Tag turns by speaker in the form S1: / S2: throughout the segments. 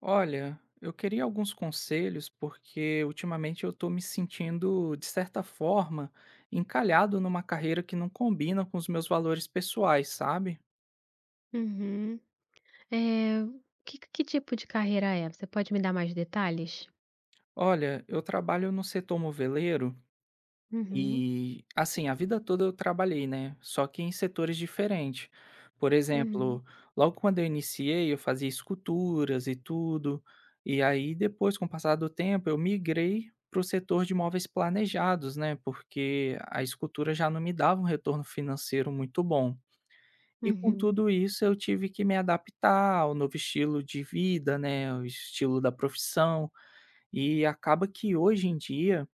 S1: Olha, eu queria alguns conselhos porque ultimamente eu estou me sentindo, de certa forma, encalhado numa carreira que não combina com os meus valores pessoais, sabe?
S2: Uhum. é que tipo de carreira é? Você pode me dar mais detalhes?
S1: Olha, eu trabalho no setor moveleiro.
S2: Uhum,
S1: E, assim, a vida toda eu trabalhei, né, só que em setores diferentes. Por
S2: uhum,
S1: exemplo, logo quando eu iniciei, eu fazia esculturas e tudo, e aí depois, com o passar do tempo, eu migrei para o setor de móveis planejados, né, porque a escultura já não me dava um retorno financeiro muito bom. E com
S2: uhum,
S1: tudo isso, eu tive que me adaptar ao novo estilo de vida, né, o estilo da profissão, e acaba que hoje em dia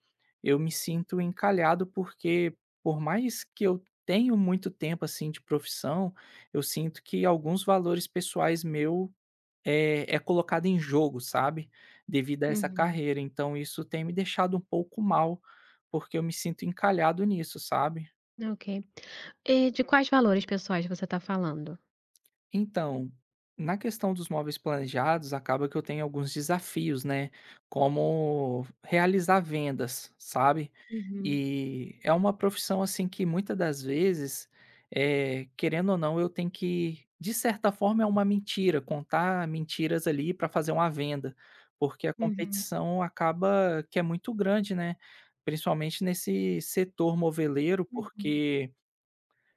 S1: eu me sinto encalhado, porque por mais que eu tenho muito tempo, assim, de profissão, eu sinto que alguns valores pessoais meu é colocado em jogo, sabe, devido a essa
S2: uhum.
S1: carreira. Então isso tem me deixado um pouco mal, porque eu me sinto encalhado nisso, sabe.
S2: Ok. De quais valores pessoais você está falando?
S1: Então, na questão dos móveis planejados, acaba que eu tenho alguns desafios, né? Como realizar vendas, sabe?
S2: Uhum,
S1: E é uma profissão assim que muitas das vezes, querendo ou não, eu tenho que, de certa forma, é uma mentira, contar mentiras ali para fazer uma venda, porque a
S2: uhum,
S1: competição acaba que é muito grande, né? Principalmente nesse setor moveleiro,
S2: uhum.
S1: porque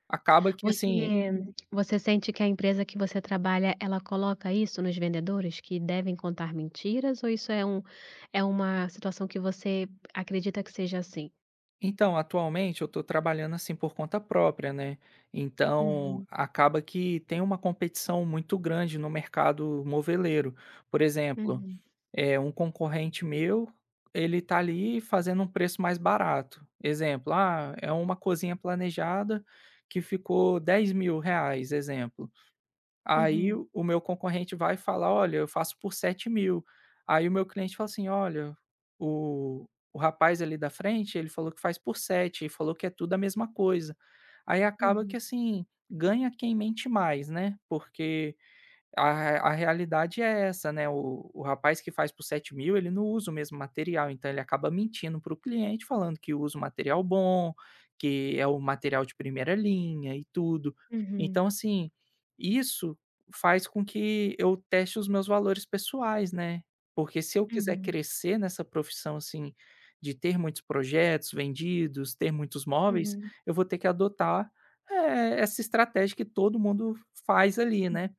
S1: acaba que assim.
S2: Você você sente que a empresa que você trabalha, ela coloca isso nos vendedores, que devem contar mentiras, ou isso é uma situação que você acredita que seja assim?
S1: Então, atualmente eu estou trabalhando, assim, por conta própria, né, então
S2: Uhum,
S1: acaba que tem uma competição muito grande no mercado moveleiro. Por exemplo,
S2: uhum,
S1: é um concorrente meu, ele tá ali fazendo um preço mais barato. Exemplo: "Ah, é uma cozinha planejada que ficou 10 mil reais, exemplo." Aí
S2: uhum,
S1: o meu concorrente vai falar, "Olha, eu faço por 7 mil." Aí o meu cliente fala assim: "Olha, o o rapaz ali da frente, ele falou que faz por 7, e falou que é tudo a mesma coisa". Aí acaba que,
S2: uhum,
S1: assim, ganha quem mente mais, né, porque a realidade é essa, né, o rapaz que faz por 7 mil ele não usa o mesmo material, então ele acaba mentindo para o cliente falando que usa um material bom, que é o material de primeira linha e tudo.
S2: uhum,
S1: Então assim, isso faz com que eu teste os meus valores pessoais, né, porque se eu quiser
S2: uhum,
S1: crescer nessa profissão, assim, de ter muitos projetos vendidos, ter muitos móveis,
S2: uhum.
S1: eu vou ter que adotar, essa estratégia que todo mundo faz ali, né.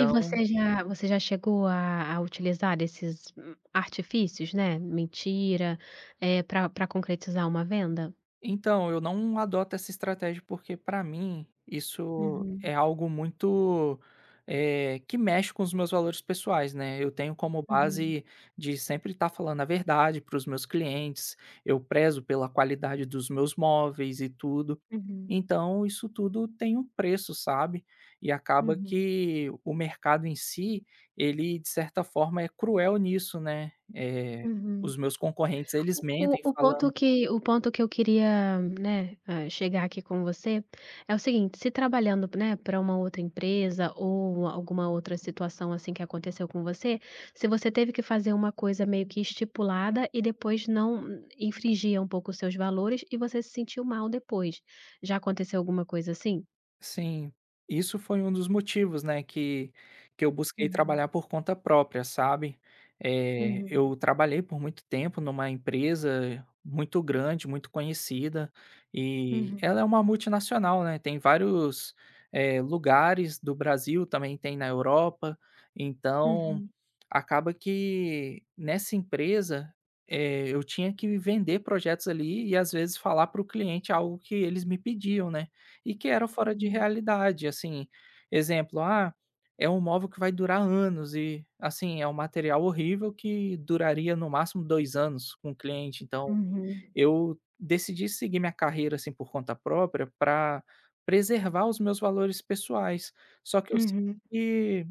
S2: E você já chegou a utilizar esses, artifícios, né, mentira, para pra concretizar uma venda?
S1: então, eu não adoto essa estratégia, porque para mim isso
S2: Uhum,
S1: é algo muito, que mexe com os meus valores pessoais, né. Eu tenho como
S2: uhum,
S1: base de sempre estar falando a verdade para os meus clientes, eu prezo pela qualidade dos meus móveis e tudo.
S2: uhum,
S1: Então isso tudo tem um preço, sabe. E acaba
S2: uhum,
S1: que o mercado em si, ele de certa forma é cruel nisso, né.
S2: uhum.
S1: Os meus concorrentes eles mentem
S2: O o
S1: falando.
S2: ponto que o ponto que eu queria, né, chegar aqui com você é o seguinte, se trabalhando, né, pra uma outra empresa ou alguma outra situação, assim, que aconteceu com você, se você teve que fazer uma coisa meio que estipulada e depois não infringia um pouco os seus valores e você se sentiu mal depois. Já aconteceu alguma coisa assim?
S1: Sim, isso foi um dos motivos, né, que eu busquei
S2: Uhum,
S1: trabalhar por conta própria, sabe.
S2: uhum,
S1: Eu trabalhei por muito tempo numa empresa muito grande, muito conhecida, e
S2: uhum,
S1: ela é uma multinacional, né, tem vários, lugares do Brasil, também tem na Europa, então
S2: uhum,
S1: acaba que nessa empresa, eu tinha que vender projetos ali e às vezes falar para o cliente algo que eles me pediam, né, e que era fora de
S2: uhum,
S1: realidade, assim, exemplo, é um móvel que vai durar anos e, assim, é um material horrível que duraria no máximo 2 anos com o cliente, então
S2: uhum,
S1: eu decidi seguir minha carreira, assim, por conta própria para preservar os meus valores pessoais, só que eu sinto
S2: uhum,
S1: que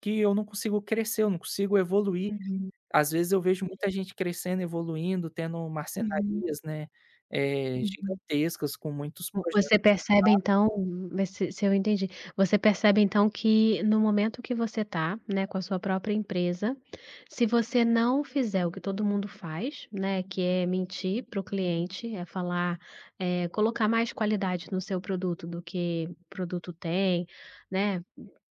S1: que eu não consigo crescer, eu não consigo evoluir.
S2: uhum,
S1: Às vezes eu vejo muita gente crescendo, evoluindo, tendo
S2: uhum,
S1: marcenarias, né,
S2: uhum.
S1: gigantescas com muitos
S2: Vo
S1: projetos.
S2: você percebe então, vê se eu entendi. Você percebe então que no momento que você tá, né, com a sua própria empresa, se você não fizer o que todo mundo faz, né, que é mentir para o cliente, é falar, colocar mais qualidade no seu produto do que o produto tem, né,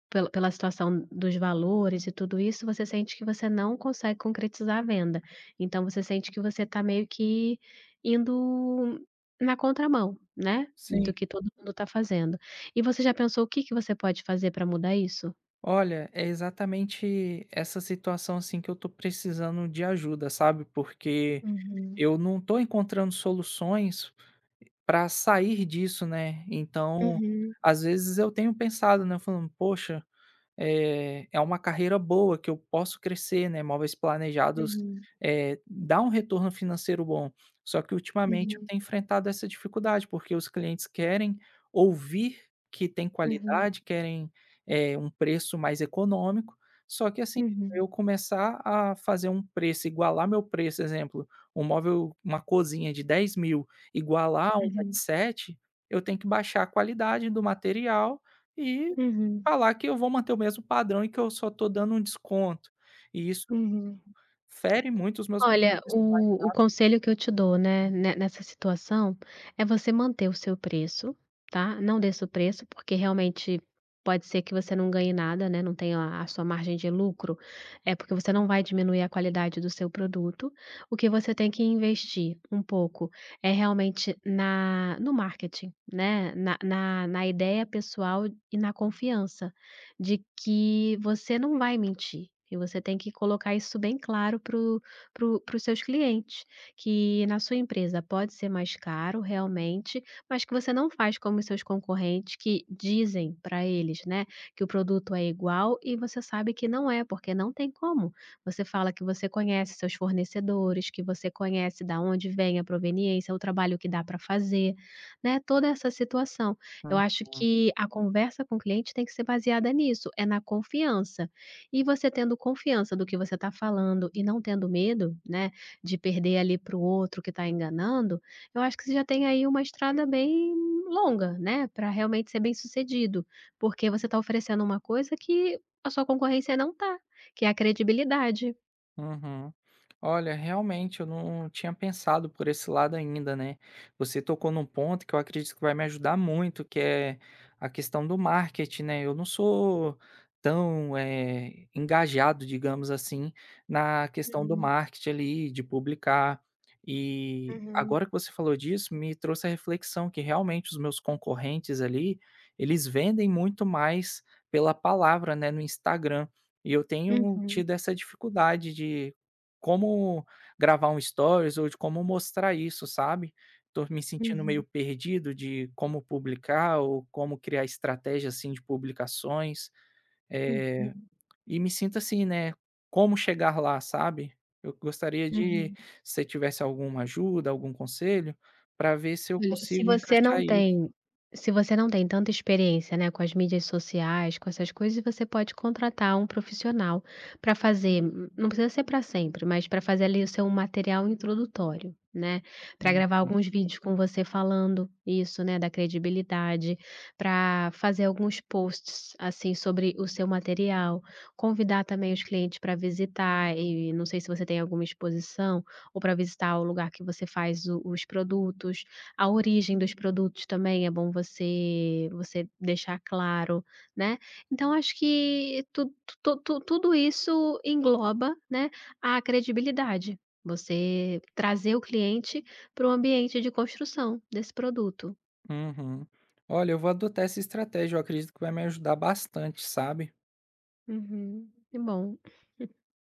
S2: pela situação dos valores e tudo isso, você sente que você não consegue concretizar a venda. Então você sente que você tá meio que indo na contramão, né?
S1: Sim.
S2: Do que todo mundo está fazendo. E você já pensou o que que você pode fazer para mudar isso?
S1: Olha, é exatamente essa situação, assim, que eu tô precisando de ajuda, sabe, porque
S2: Uhum,
S1: eu não tô encontrando soluções para sair disso, né, então,
S2: uhum,
S1: às vezes eu tenho pensado, né, falando: "Poxa, é uma carreira boa que eu posso crescer, né, imóveis planejados,
S2: uhum,
S1: dá um retorno financeiro bom. Só que ultimamente eu
S2: uhum,
S1: tenho enfrentado essa dificuldade, porque os clientes querem ouvir que tem
S2: uhum,
S1: qualidade, querem, um preço mais econômico, só que assim,
S2: uhum,
S1: eu começar a fazer um preço, igualar meu preço, exemplo, um móvel uma cozinha de 10 mil igualar a uma de
S2: uhum,
S1: 7, eu tenho que baixar a qualidade do material e
S2: uhum,
S1: falar que eu vou manter o mesmo padrão e que eu só tô dando um desconto, e isso
S2: uhum.
S1: fere muito os meus valores
S2: Olha,
S1: pessoais.
S2: o conselho que eu te dou, né, ne nessa situação, é você manter o seu preço, tá, não desça o preço, porque realmente pode ser que você não ganhe nada, né, não tenha a sua margem de lucro, é porque você não vai diminuir a qualidade do seu produto. O que você tem que investir um pouco é realmente na no marketing, né, na ideia pessoal e na confiança de que você não vai mentir, e você tem que colocar isso bem claro para os seus clientes, que na sua empresa pode ser mais caro realmente, mas que você não faz como os seus concorrentes que dizem para eles, né, que o produto é igual e você sabe que não é, porque não tem como. Você fala que você conhece seus fornecedores, que você conhece da onde vem a proveniência, o trabalho que dá para fazer, né, toda essa situação. Eu acho
S1: Uhum.
S2: que a conversa com o cliente tem que ser baseada nisso, é na confiança. E você tendo confiança do que você está falando e não tendo medo, né, de perder ali para o outro que está enganando, eu acho que você já tem aí uma estrada bem longa, né, para realmente ser bem-sucedido, porque você está oferecendo uma coisa que a sua concorrência não tá, que é a credibilidade.
S1: Uhum. Olha, realmente eu não tinha pensado por esse lado ainda, né? Você tocou num ponto que eu acredito que vai me ajudar muito, que é a questão do marketing, né? Eu não sou tão engajado, digamos assim, na questão do
S2: Uhum,
S1: marketing ali, de publicar. E
S2: uhum,
S1: agora que você falou disso, me trouxe a reflexão que realmente os meus concorrentes ali, eles vendem muito mais pela palavra, né, no Instagram. E eu tenho
S2: uhum,
S1: tido essa dificuldade de como gravar um stories ou de como mostrar isso, sabe. Tô me sentindo meio
S2: uhum,
S1: perdido de como publicar ou como criar estratégia, assim, de publicações,
S2: uhum,
S1: eh,
S2: uhum,
S1: e me sinto assim, né, como chegar lá, sabe. Eu gostaria de
S2: uhum.
S1: se você tivesse alguma ajuda, algum conselho, para ver se eu
S2: Olha, se
S1: consigo
S2: você
S1: encaixar
S2: não
S1: isso.
S2: tem se você não tem tanta experiência, né, com as mídias sociais, com essas coisas, você pode contratar um profissional para fazer não precisa ser para sempre, mas para fazer ali o seu material introdutório, né, para gravar alguns vídeos com você falando isso, né, da credibilidade, para fazer alguns posts, assim, sobre o seu material, convidar também os clientes para visitar e não sei se você tem alguma exposição, ou para visitar o lugar que você faz o os produtos. A origem dos produtos também é bom você deixar claro, né. Então acho que tu tu tu tudo isso engloba, né, a credibilidade, você trazer o cliente para o ambiente de construção desse produto.
S1: Uhum. Olha, eu vou adotar essa estratégia, eu acredito que vai me ajudar bastante, sabe.
S2: Uhum, que bom.